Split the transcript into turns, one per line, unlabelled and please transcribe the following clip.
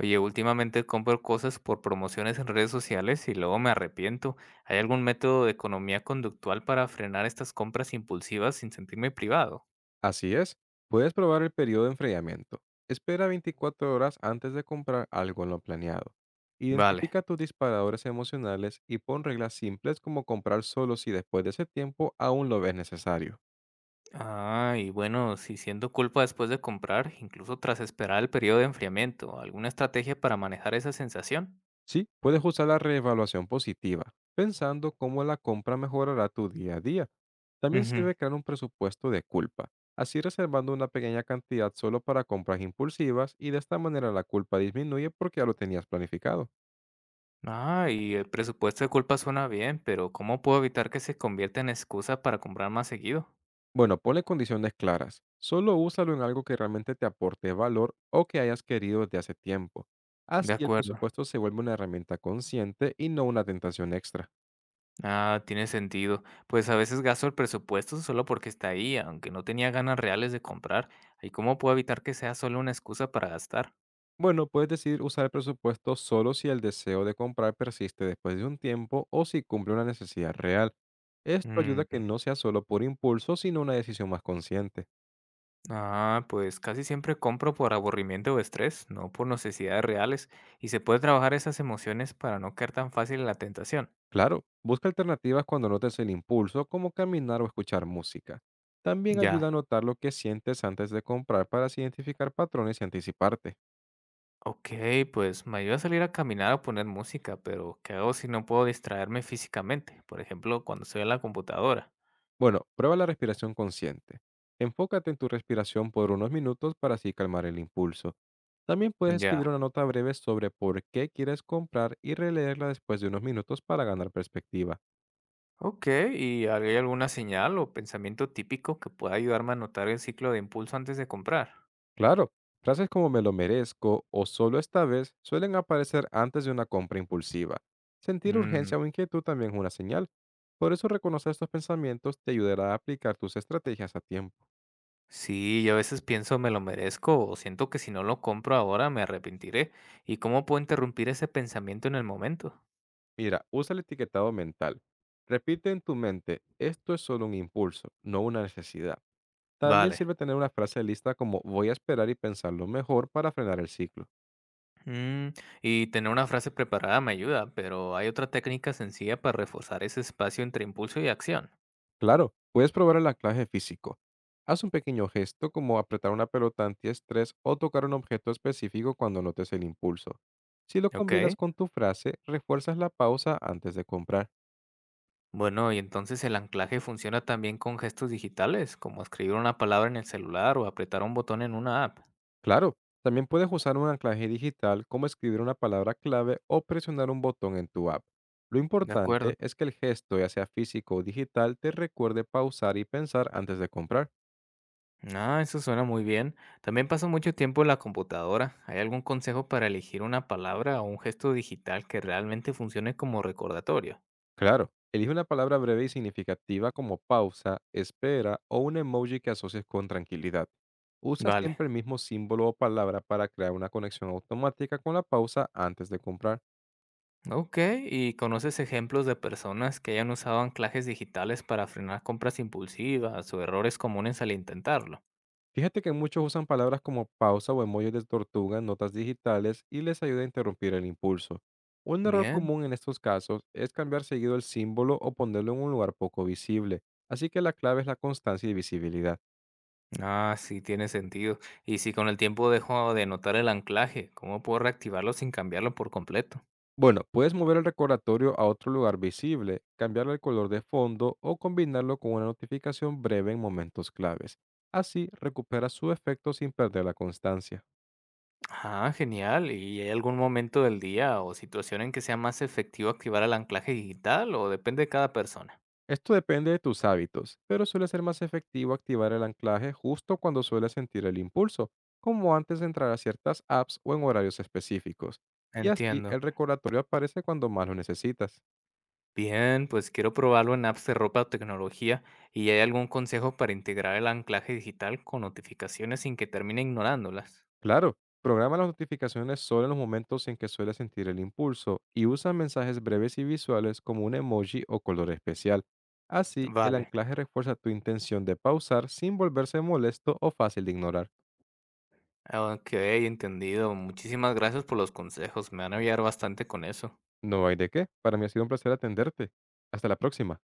Oye, últimamente compro cosas por promociones en redes sociales y luego me arrepiento. ¿Hay algún método de economía conductual para frenar estas compras impulsivas sin sentirme privado?
Así es, puedes probar el periodo de enfriamiento. Espera 24 horas antes de comprar algo en lo planeado.
Vale.
Identifica tus disparadores emocionales y pon reglas simples como comprar solo si después de ese tiempo aún lo ves necesario.
Y bueno, si siento culpa después de comprar, incluso tras esperar el periodo de enfriamiento, ¿alguna estrategia para manejar esa sensación?
Sí, puedes usar la reevaluación positiva, pensando cómo la compra mejorará tu día a día. También
Ujú.
sirve crear un presupuesto de culpa, así reservando una pequeña cantidad solo para compras impulsivas y de esta manera la culpa disminuye porque ya lo tenías planificado.
Y el presupuesto de culpa suena bien, pero ¿cómo puedo evitar que se convierta en excusa para comprar más seguido?
Bueno, ponle condiciones claras. Solo úsalo en algo que realmente te aporte valor o que hayas querido desde hace tiempo.
De
Así el
acuerdo.
presupuesto se vuelve una herramienta consciente y no una tentación extra.
Ah, tiene sentido. Pues a veces gasto el presupuesto solo porque está ahí, aunque no tenía ganas reales de comprar. ¿Y cómo puedo evitar que sea solo una excusa para gastar?
Bueno, puedes decidir usar el presupuesto solo si el deseo de comprar persiste después de un tiempo o si cumple una necesidad real. Esto ayuda a que
Mm.
no sea solo por impulso, sino una decisión más consciente.
Pues casi siempre compro por aburrimiento o estrés, no por necesidades reales. Y se puede trabajar esas emociones para no caer tan fácil en la tentación.
Claro, busca alternativas cuando notes el impulso, como caminar o escuchar música. También
Ya.
ayuda a notar lo que sientes antes de comprar para así identificar patrones y anticiparte.
Ok, pues me ayuda a salir a caminar o poner música, pero ¿qué hago si no puedo distraerme físicamente? Por ejemplo, cuando estoy en la computadora.
Bueno, prueba la respiración consciente. Enfócate en tu respiración por unos minutos para así calmar el impulso. También puedes
Ya.
escribir una nota breve sobre por qué quieres comprar y releerla después de unos minutos para ganar perspectiva.
Ok, ¿y hay alguna señal o pensamiento típico que pueda ayudarme a notar el ciclo de impulso antes de comprar?
Claro, frases como me lo merezco o solo esta vez suelen aparecer antes de una compra impulsiva. Sentir
Mm,
urgencia o inquietud también es una señal. Por eso reconocer estos pensamientos te ayudará a aplicar tus estrategias a tiempo.
sí, yo a veces pienso me lo merezco o siento que si no lo compro ahora me arrepentiré. ¿Y cómo puedo interrumpir ese pensamiento en el momento?
Mira, usa el etiquetado mental. Repite en tu mente, esto es solo un impulso, no una necesidad. También
Vale.
sirve tener una frase lista como voy a esperar y pensarlo mejor para frenar el ciclo.
Mm, y tener una frase preparada me ayuda, pero hay otra técnica sencilla para reforzar ese espacio entre impulso y acción.
Claro, puedes probar el anclaje físico. Haz un pequeño gesto como apretar una pelota antiestrés o tocar un objeto específico cuando notes el impulso. Si lo
Ok.
combinas con tu frase, refuerzas la pausa antes de comprar.
Bueno, y entonces el anclaje funciona también con gestos digitales, como escribir una palabra en el celular o apretar un botón en una app.
Claro, también puedes usar un anclaje digital como escribir una palabra clave o presionar un botón en tu app. Lo
De acuerdo.
importante es que el gesto, ya sea físico o digital, te recuerde pausar y pensar antes de comprar.
Ah, eso suena muy bien. También paso mucho tiempo en la computadora. ¿Hay algún consejo para elegir una palabra o un gesto digital que realmente funcione como recordatorio?
Claro, elige una palabra breve y significativa como pausa, espera o un emoji que asocies con tranquilidad. Usa
Vale.
siempre el mismo símbolo o palabra para crear una conexión automática con la pausa antes de comprar.
Ok, ¿y conoces ejemplos de personas que hayan usado anclajes digitales para frenar compras impulsivas o errores comunes al intentarlo?
Fíjate que muchos usan palabras como pausa o emojis de tortuga en notas digitales y les ayuda a interrumpir el impulso. Un error
Bien.
común en estos casos es cambiar seguido el símbolo o ponerlo en un lugar poco visible, así que la clave es la constancia y visibilidad.
Ah, sí, tiene sentido. ¿Y si con el tiempo dejo de notar el anclaje, cómo puedo reactivarlo sin cambiarlo por completo?
Bueno, puedes mover el recordatorio a otro lugar visible, cambiarle el color de fondo o combinarlo con una notificación breve en momentos claves. Así recuperas su efecto sin perder la constancia.
Ah, genial. ¿Y hay algún momento del día o situación en que sea más efectivo activar el anclaje digital o depende de cada persona?
Esto depende de tus hábitos, pero suele ser más efectivo activar el anclaje justo cuando sueles sentir el impulso, como antes de entrar a ciertas apps o en horarios específicos. Y así
Entiendo.
el recordatorio aparece cuando más lo necesitas.
Bien, pues quiero probarlo en apps de ropa o tecnología. ¿Y hay algún consejo para integrar el anclaje digital con notificaciones sin que termine ignorándolas?
Claro, programa las notificaciones solo en los momentos en que suele sentir el impulso y usa mensajes breves y visuales como un emoji o color especial. Así, el
Vale.
anclaje refuerza tu intención de pausar sin volverse molesto o fácil de ignorar.
Ok, entendido. Muchísimas gracias por los consejos. Me van a ayudar bastante con eso.
No hay de qué, para mí ha sido un placer atenderte. Hasta la próxima.